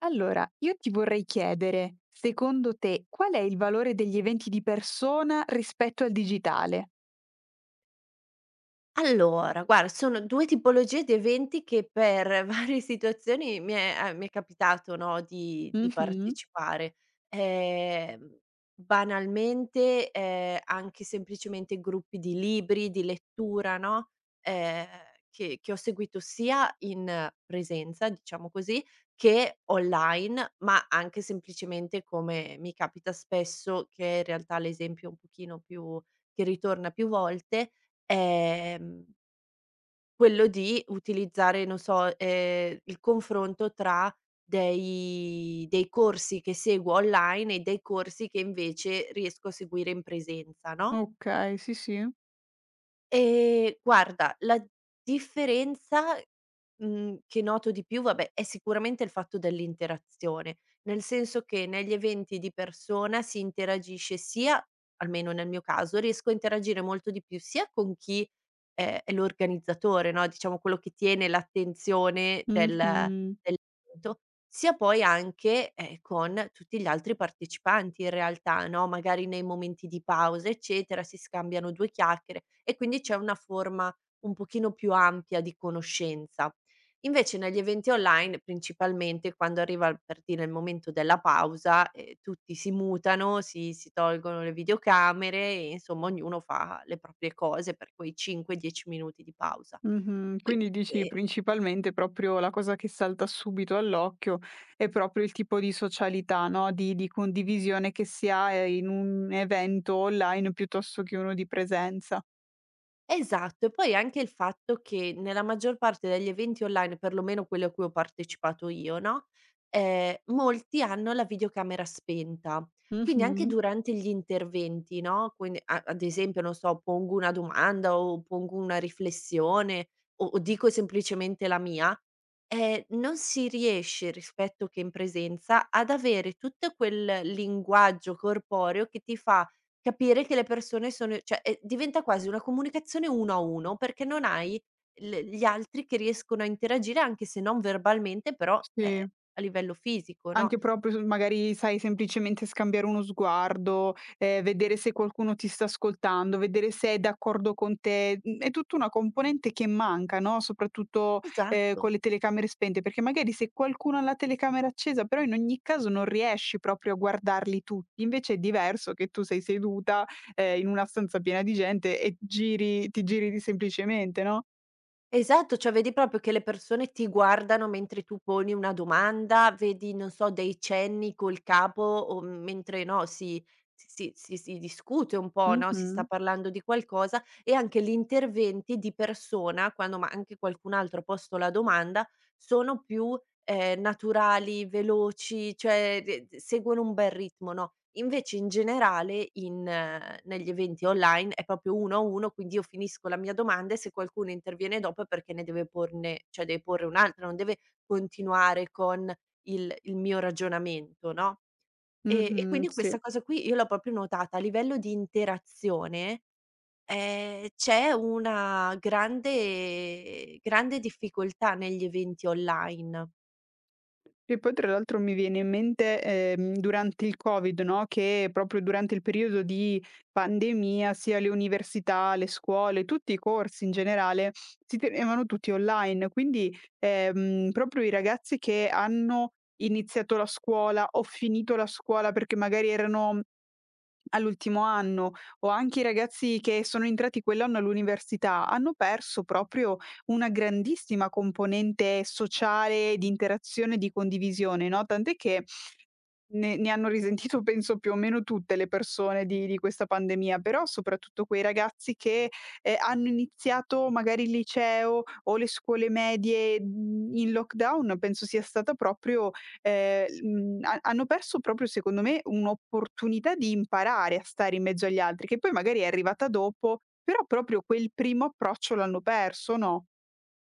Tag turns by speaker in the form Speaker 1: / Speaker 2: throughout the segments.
Speaker 1: Allora, io ti vorrei chiedere, secondo te, qual è il valore degli eventi di persona rispetto al digitale?
Speaker 2: Allora, guarda, sono 2 tipologie di eventi che per varie situazioni mi è capitato, no, di
Speaker 1: Mh-mh.
Speaker 2: partecipare. Ehm, Banalmente, anche semplicemente gruppi di libri, di lettura, no, ehm, che ho seguito sia in presenza, diciamo così, che online, ma anche semplicemente come mi capita spesso, che in realtà l'esempio un pochino più che ritorna più volte, ehm, quello di utilizzare, non so, il confronto tra dei corsi che seguo online e dei corsi che invece riesco a seguire in presenza, no?
Speaker 1: Okay, sì, sì.
Speaker 2: Guarda, la differenza, che noto di più, vabbè, è sicuramente il fatto dell'interazione, nel senso che negli eventi di persona si interagisce sia, almeno nel mio caso, riesco a interagire molto di più sia con chi è l'organizzatore, no, diciamo quello che tiene l'attenzione del
Speaker 1: Mh-mh.
Speaker 2: dell'evento sia poi anche, con tutti gli altri partecipanti in realtà, no, magari nei momenti di pausa, eccetera, si scambiano 2 chiacchiere e quindi c'è una forma un pochino più ampia di conoscenza. Invece negli eventi online, principalmente quando arriva, per dire, il momento della pausa, tutti si mutano, si tolgono le videocamere e insomma ognuno fa le proprie cose per quei 5, 10 minuti di pausa.
Speaker 1: Mh-mh. Quindi
Speaker 2: Quindi,
Speaker 1: dici
Speaker 2: ehm
Speaker 1: principalmente proprio la cosa che salta subito all'occhio è proprio il tipo di socialità, no, di condivisione che si ha, in un evento online piuttosto che uno di presenza.
Speaker 2: Esatto, e poi anche il fatto che nella maggior parte degli eventi online, perlomeno quelli a cui ho partecipato io, no, molti hanno la videocamera spenta. Quindi anche
Speaker 1: Mh-mh.
Speaker 2: durante gli interventi, no, quindi a ad esempio, non so, pongo una domanda o pongo una riflessione o dico semplicemente la mia, non si riesce, rispetto che in presenza, ad avere tutto quel linguaggio corporeo che ti fa capire che le persone sono, cioè, diventa quasi una comunicazione uno a uno, perché non hai l gli altri che riescono a interagire anche se non verbalmente, però,
Speaker 1: Sì.
Speaker 2: a livello fisico, no?
Speaker 1: Anche proprio s magari, sai, semplicemente scambiare uno sguardo, vedere se qualcuno ti sta ascoltando, vedere se è d'accordo con te. Mhmm, è tutta una componente che manca, no, soprattutto, con
Speaker 2: Esatto.
Speaker 1: le telecamere spente, perché magari se qualcuno ha la telecamera accesa, però in ogni caso non riesci proprio a guardarli tutti. Invece è diverso che tu sei seduta, in una stanza piena di gente e giri ti giri di semplicemente, no?
Speaker 2: Esatto, cioè vedi proprio che le persone ti guardano mentre tu poni una domanda, vedi, non so, dei cenni col capo o mentre, no, si discute un po', no, si sta
Speaker 1: Mh-mh.
Speaker 2: parlando di qualcosa e anche gli interventi di persona, quando ma anche qualcun altro ha posto la domanda, sono più naturali, veloci, cioè de d seguono un bel ritmo, no, invece in generale in negli eventi online è proprio uno a uno, quindi io finisco la mia domanda e se qualcuno interviene dopo è perché ne deve porne cioè deve porre un'altra, non deve continuare con il mio ragionamento, no, e
Speaker 1: Mh-mh,
Speaker 2: quindi
Speaker 1: sì.
Speaker 2: questa cosa qui io l'ho proprio notata. A livello di interazione, c'è una grande grande difficoltà negli eventi online.
Speaker 1: E poi tra l'altro mi viene in mente, durante il Covid, no, che proprio durante il periodo di pandemia sia le università, le scuole, tutti i corsi in generale si tenevano tutti online, quindi, proprio i ragazzi che hanno iniziato la scuola o finito la scuola perché magari erano all'ultimo anno, o anche i ragazzi che sono entrati quell'anno all'università, hanno perso proprio una grandissima componente sociale, di interazione, di condivisione, no, tant'è che ne hanno risentito penso più o meno tutte le persone di questa pandemia, però soprattutto quei ragazzi che, hanno iniziato magari il liceo o le scuole medie, mhmm, in lockdown penso sia stata proprio ha hanno perso proprio secondo me un'opportunità di imparare a stare in mezzo agli altri, che poi magari è arrivata dopo, però proprio quel primo approccio l'hanno perso, no?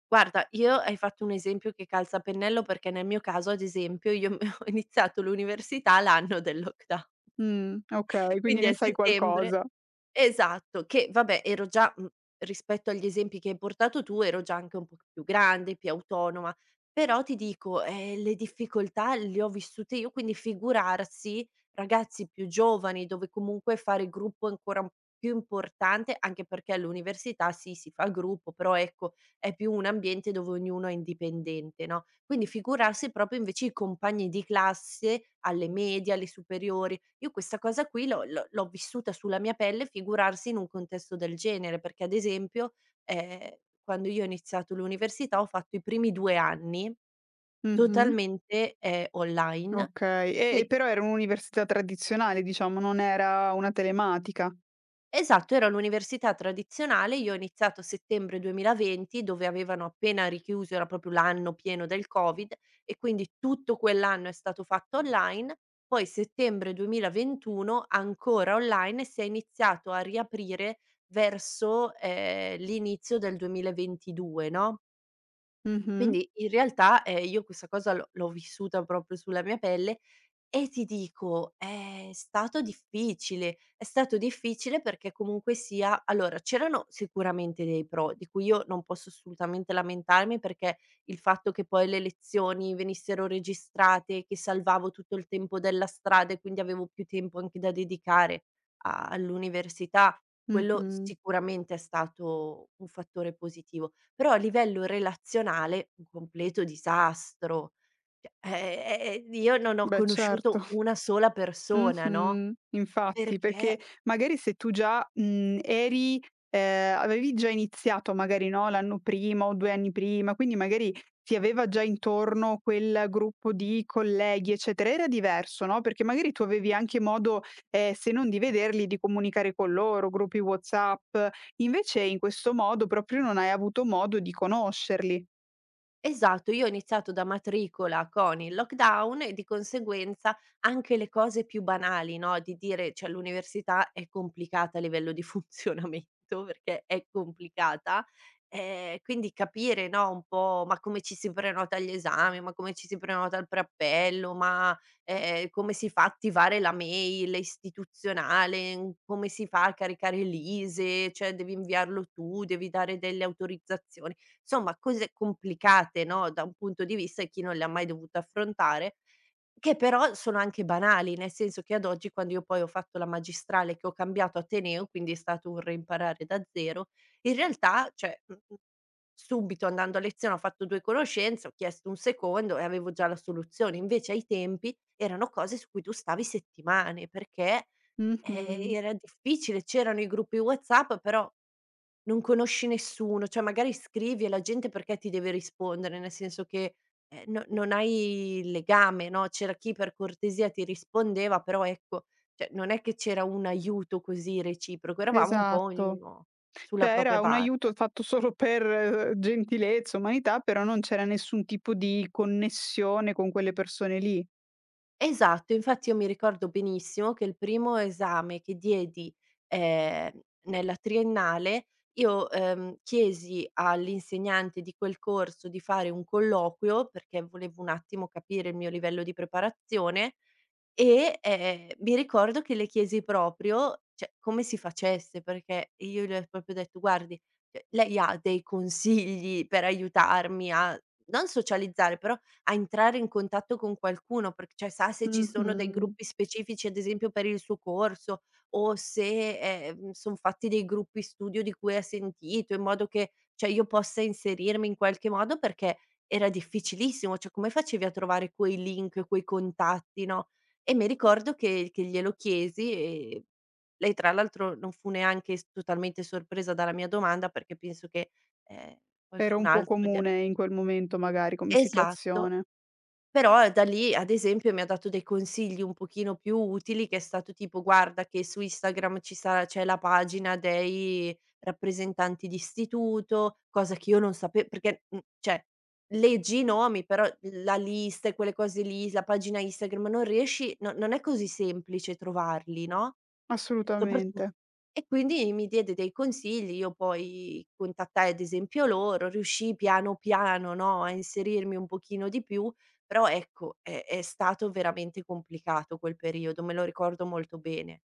Speaker 2: Guarda, io hai fatto un esempio che calza a pennello perché nel mio caso, ad esempio, io ho iniziato l'università l'anno del lockdown,
Speaker 1: Okay, quindi
Speaker 2: quindi a
Speaker 1: ne sai
Speaker 2: settembre
Speaker 1: qualcosa.
Speaker 2: Esatto, che vabbè ero già, rispetto agli esempi che hai portato tu, ero già anche un po' più grande, più autonoma, però ti dico, le difficoltà le ho vissute io, quindi figurarsi ragazzi più giovani, dove comunque fare gruppo è ancora più importante, anche perché all'università sì, si fa gruppo, però ecco, è più un ambiente dove ognuno è indipendente, no, quindi figurarsi proprio invece i compagni di classe alle medie, alle superiori. Io questa cosa qui l'ho vissuta sulla mia pelle, figurarsi in un contesto del genere, perché ad esempio, ehm, quando io ho iniziato l'università ho fatto i primi 2 anni
Speaker 1: Mh-mh,
Speaker 2: totalmente, online
Speaker 1: okay. E
Speaker 2: che
Speaker 1: però era un'università tradizionale diciamo, non era una telematica.
Speaker 2: Esatto, era l'università tradizionale, io ho iniziato a settembre 2020 dove avevano appena richiuso, era proprio l'anno pieno del Covid e quindi tutto quell'anno è stato fatto online, poi settembre 2021 ancora online e si è iniziato a riaprire verso, l'inizio del 2022, no,
Speaker 1: Mh-mh,
Speaker 2: quindi in realtà, io questa cosa l'ho vissuta proprio sulla mia pelle e ti dico, è stato difficile perché comunque sia, allora, c'erano sicuramente dei pro, di cui io non posso assolutamente lamentarmi, perché il fatto che poi le lezioni venissero registrate, che salvavo tutto il tempo della strada e quindi avevo più tempo anche da dedicare a all'università, quello
Speaker 1: mh-mh.
Speaker 2: sicuramente è stato un fattore positivo, però a livello relazionale un completo disastro. Cioè, io non ho
Speaker 1: Beh certo.
Speaker 2: conosciuto una sola persona, no,
Speaker 1: Mh-mh. Infatti, perché
Speaker 2: perché
Speaker 1: magari se tu già, mhmm, eri avevi già iniziato magari, no, l'anno prima o 2 anni prima, quindi magari ti aveva già intorno quel gruppo di colleghi, eccetera, era diverso, no, perché magari tu avevi anche modo, se non di vederli, di comunicare con loro, gruppi WhatsApp. Invece in questo modo proprio non hai avuto modo di conoscerli.
Speaker 2: Esatto, io ho iniziato da matricola con il lockdown e di conseguenza anche le cose più banali, no, di dire, cioè, l'università è complicata a livello di funzionamento, perché è complicata, quindi capire, no, un po', ma come ci si prenota gli esami, ma come ci si prenota il preappello, ma, come si fa a attivare la mail istituzionale, come si fa a caricare l'ISEE, cioè devi inviarlo tu, devi dare delle autorizzazioni. Insomma, cose complicate, no, da un punto di vista di chi non le ha mai dovute affrontare, che però sono anche banali, nel senso che ad oggi, quando io poi ho fatto la magistrale che ho cambiato ateneo, quindi è stato un reimparare da zero, in realtà, cioè, subito andando a lezione ho fatto 2 conoscenze, ho chiesto un secondo e avevo già la soluzione. Invece ai tempi erano cose su cui tu stavi settimane, perché
Speaker 1: Mh-mh.
Speaker 2: era difficile, c'erano i gruppi WhatsApp, però non conosci nessuno, cioè magari scrivi e la gente perché ti deve rispondere, nel senso che, no, non hai il legame, no, c'era chi per cortesia ti rispondeva, però ecco, cioè non è che c'era un aiuto così reciproco, eravamo un po'
Speaker 1: Esatto.
Speaker 2: ognuno sulla
Speaker 1: Cioè
Speaker 2: propria
Speaker 1: era un
Speaker 2: barca.
Speaker 1: aiuto fatto solo per gentilezza, umanità, però non c'era nessun tipo di connessione con quelle persone lì.
Speaker 2: Esatto, infatti io mi ricordo benissimo che il primo esame che diedi, ehm, nella triennale, io, chiesi all'insegnante di quel corso di fare un colloquio, perché volevo un attimo capire il mio livello di preparazione e, mi ricordo che le chiesi proprio, cioè, come si facesse, perché io le ho proprio detto: "Guardi, cioè, lei ha dei consigli per aiutarmi a non socializzare, però a entrare in contatto con qualcuno, perché, cioè, sa se ci sono dei
Speaker 1: Mh-mh.
Speaker 2: gruppi specifici, ad esempio per il suo corso, o se, son fatti dei gruppi studio di cui ha sentito, in modo che, cioè, io possa inserirmi in qualche modo", perché era difficilissimo, cioè come facevi a trovare quei link, quei contatti, no? E mi ricordo che glielo chiesi e lei tra l'altro non fu neanche s totalmente sorpresa dalla mia domanda, perché penso che, ehm,
Speaker 1: Era
Speaker 2: qualcun
Speaker 1: un po'
Speaker 2: altro gliel
Speaker 1: comune in quel momento magari come
Speaker 2: Esatto.
Speaker 1: situazione.
Speaker 2: Però da lì, ad esempio, mi ha dato dei consigli un pochino più utili, che è stato tipo: "Guarda che su Instagram ci sarà c'è la pagina dei rappresentanti di istituto", cosa che io non sape perché, cioè leggi i nomi, però la lista e quelle cose lì, la pagina Instagram non riesci, no, non è così semplice trovarli, no. Soprattutto,
Speaker 1: Assolutamente.
Speaker 2: e quindi mi diede dei consigli, io poi contattai ad esempio loro, riuscii piano piano, no, a inserirmi un pochino di più, però ecco, è stato veramente complicato quel periodo, me lo ricordo molto bene.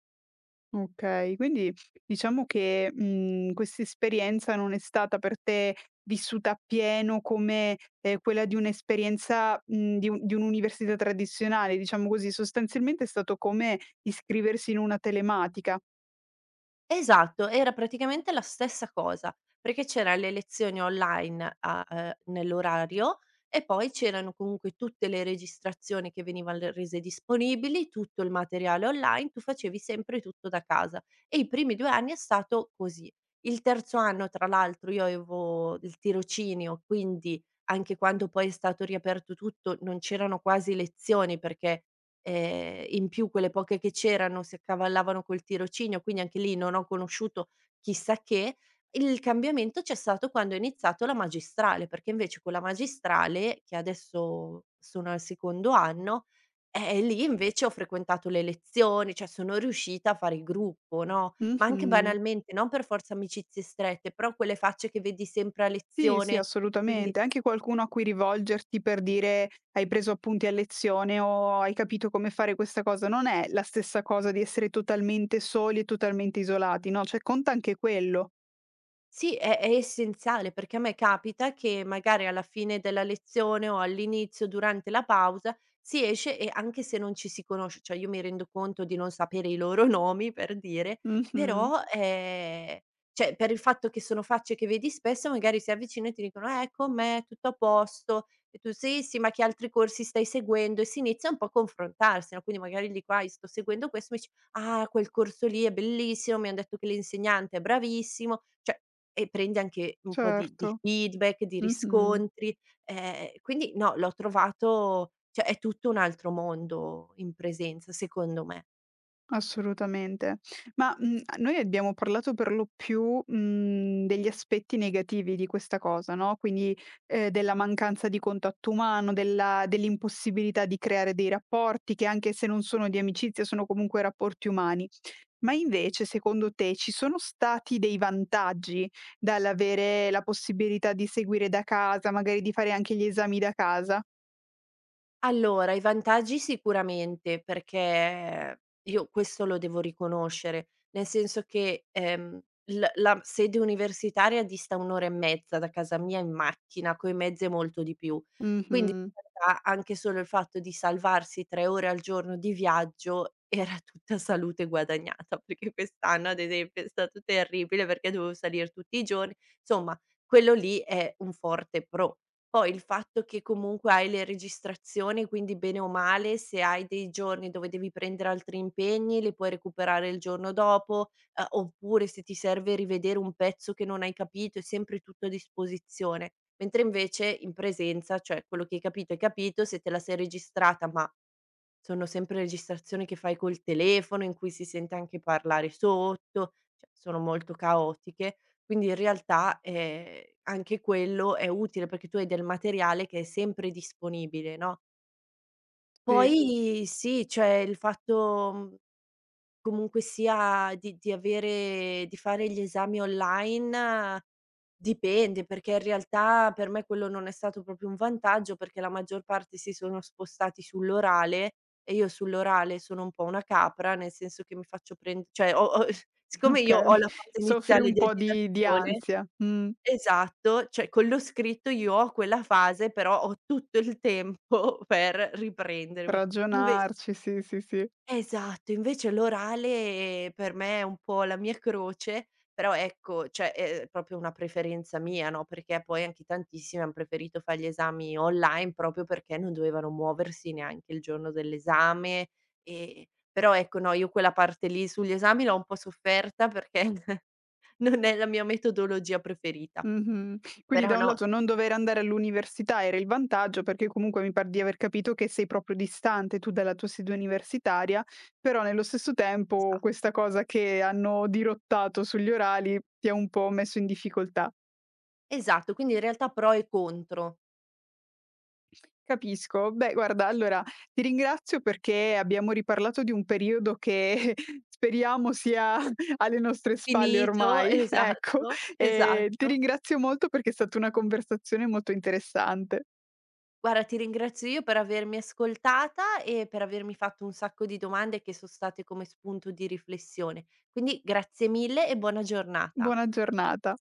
Speaker 1: Okay, quindi diciamo che, mhmm, questa esperienza non è stata per te vissuta appieno come, quella di un'esperienza, mhmm, di un di un'università tradizionale, diciamo così. Sostanzialmente è stato come iscriversi in una telematica.
Speaker 2: Esatto, era praticamente la stessa cosa, perché c'era le lezioni online a nell'orario e poi c'erano comunque tutte le registrazioni che venivan le rese disponibili, tutto il materiale online, tu facevi sempre tutto da casa e i primi 2 anni è stato così. Il terzo anno tra l'altro io avevo il tirocinio, quindi anche quando poi è stato riaperto tutto non c'erano quasi lezioni perché, in più, quelle poche che c'erano si accavallavano col tirocinio, quindi anche lì non ho conosciuto chissà che. Il cambiamento c'è stato quando ho iniziato la magistrale, perché invece con la magistrale, che adesso sono al secondo anno, lì invece ho frequentato le lezioni, cioè sono riuscita a fare il gruppo, no, ma anche
Speaker 1: Mh-mh.
Speaker 2: banalmente, non per forza amicizie strette, però quelle facce che vedi sempre a
Speaker 1: Sì, sì,
Speaker 2: lezione, quindi
Speaker 1: assolutamente. Anche qualcuno a cui rivolgerti per dire: "Hai preso appunti a lezione" o "Hai capito come fare questa cosa." Non è la stessa cosa di essere totalmente soli e totalmente isolati, no, cioè conta anche quello.
Speaker 2: sì, è essenziale, perché a me capita che magari alla fine della lezione o all'inizio, durante la pausa, si esce e anche se non ci si conosce, cioè io mi rendo conto di non sapere i loro nomi per dire,
Speaker 1: Mh-mh.
Speaker 2: però, cioè per il fatto che sono facce che vedi spesso, magari si avvicina e ti dicono: com'è? Tutto a posto?" E tu: "Sì, sì, ma che altri corsi stai seguendo?" E si inizia un po' a confrontarsi, no, quindi magari dico: "Ah, io sto seguendo questo", mi dice: "Ah, quel corso lì è bellissimo, mi han detto che l'insegnante è bravissimo." Cioè, e prendi anche un po' di
Speaker 1: Certo.
Speaker 2: feedback, di
Speaker 1: Mh-mh.
Speaker 2: riscontri, quindi no, l'ho trovato, cioè, è tutto un altro mondo in presenza, secondo me.
Speaker 1: Assolutamente. Ma, mhmm, noi abbiamo parlato per lo più, mhmm, degli aspetti negativi di questa cosa, no, quindi, della mancanza di contatto umano, della dell'impossibilità di creare dei rapporti che anche se non sono di amicizia, sono comunque rapporti umani. Ma invece secondo te ci sono stati dei vantaggi dall'avere la possibilità di seguire da casa, magari di fare anche gli esami da casa?
Speaker 2: Allora, i vantaggi sicuramente, perché io questo lo devo riconoscere, nel senso che, l la sede universitaria dista 1 ora e mezza da casa mia in macchina, coi mezzi è molto di più. Quindi
Speaker 1: Mh-mh.
Speaker 2: in realtà anche solo il fatto di salvarsi 3 ore al giorno di viaggio era tutta salute guadagnata, perché quest'anno ad esempio è stato terribile perché dovevo salir tutti i giorni, insomma quello lì è un forte pro. Poi il fatto che comunque hai le registrazioni, quindi bene o male, se hai dei giorni dove devi prendere altri impegni, li puoi recuperare il giorno dopo, oppure se ti serve rivedere un pezzo che non hai capito, è sempre tutto a disposizione. Mentre invece in presenza, cioè quello che hai capito, se te la sei registrata ma sono sempre registrazioni che fai col telefono, in cui si sente anche parlare sotto, cioè sono molto caotiche. Quindi in realtà, anche quello è utile perché tu hai del materiale che è sempre disponibile, no.
Speaker 1: Sì,
Speaker 2: Poi sì, cioè comunque sia, di avere, di fare gli esami online, dipende, perché in realtà per me quello non è stato proprio un vantaggio, perché la maggior parte si sono spostati sull'orale e io sull'orale sono un po' una capra, nel senso che mi faccio prend cioè ho ho siccome io ho
Speaker 1: okay.
Speaker 2: la fase
Speaker 1: Soffri
Speaker 2: iniziale
Speaker 1: un
Speaker 2: di
Speaker 1: po' di
Speaker 2: agitazione.
Speaker 1: ansia. Mh.
Speaker 2: Esatto, cioè con lo scritto io ho quella fase, però ho tutto il tempo per riprendermi. Inve
Speaker 1: Ragionarci, sì, sì, sì.
Speaker 2: Esatto, invece l'orale, per me è un po' la mia croce, però ecco, cioè è proprio una preferenza mia, no, perché poi anche tantissimi han preferito fare gli esami online proprio perché non dovevano muoversi neanche il giorno dell'esame, ehm, però ecco, no, io quella parte lì sugli esami l'ho un po' sofferta perché non è la mia metodologia preferita.
Speaker 1: Mh-mh. Quindi
Speaker 2: Però
Speaker 1: da un
Speaker 2: no
Speaker 1: lato
Speaker 2: cioè,
Speaker 1: non dover andare all'università era il vantaggio, perché comunque mi par di aver capito che sei proprio distante tu dalla tua sede universitaria, però nello stesso tempo
Speaker 2: esatto.
Speaker 1: questa cosa che hanno dirottato sugli orali ti ha un po' messo in difficoltà.
Speaker 2: Esatto, quindi in realtà pro e contro.
Speaker 1: Capisco. Beh, guarda, allora ti ringrazio perché abbiamo riparlato di un periodo che speriamo sia alle nostre spalle
Speaker 2: Finito,
Speaker 1: ormai, ecco.
Speaker 2: esatto,
Speaker 1: Ti
Speaker 2: esatto.
Speaker 1: ringrazio molto perché è stata una conversazione molto interessante.
Speaker 2: Guarda, ti ringrazio io per avermi ascoltata e per avermi fatto un sacco di domande che sono state come spunto di riflessione. Quindi grazie mille e buona giornata.
Speaker 1: Buona giornata.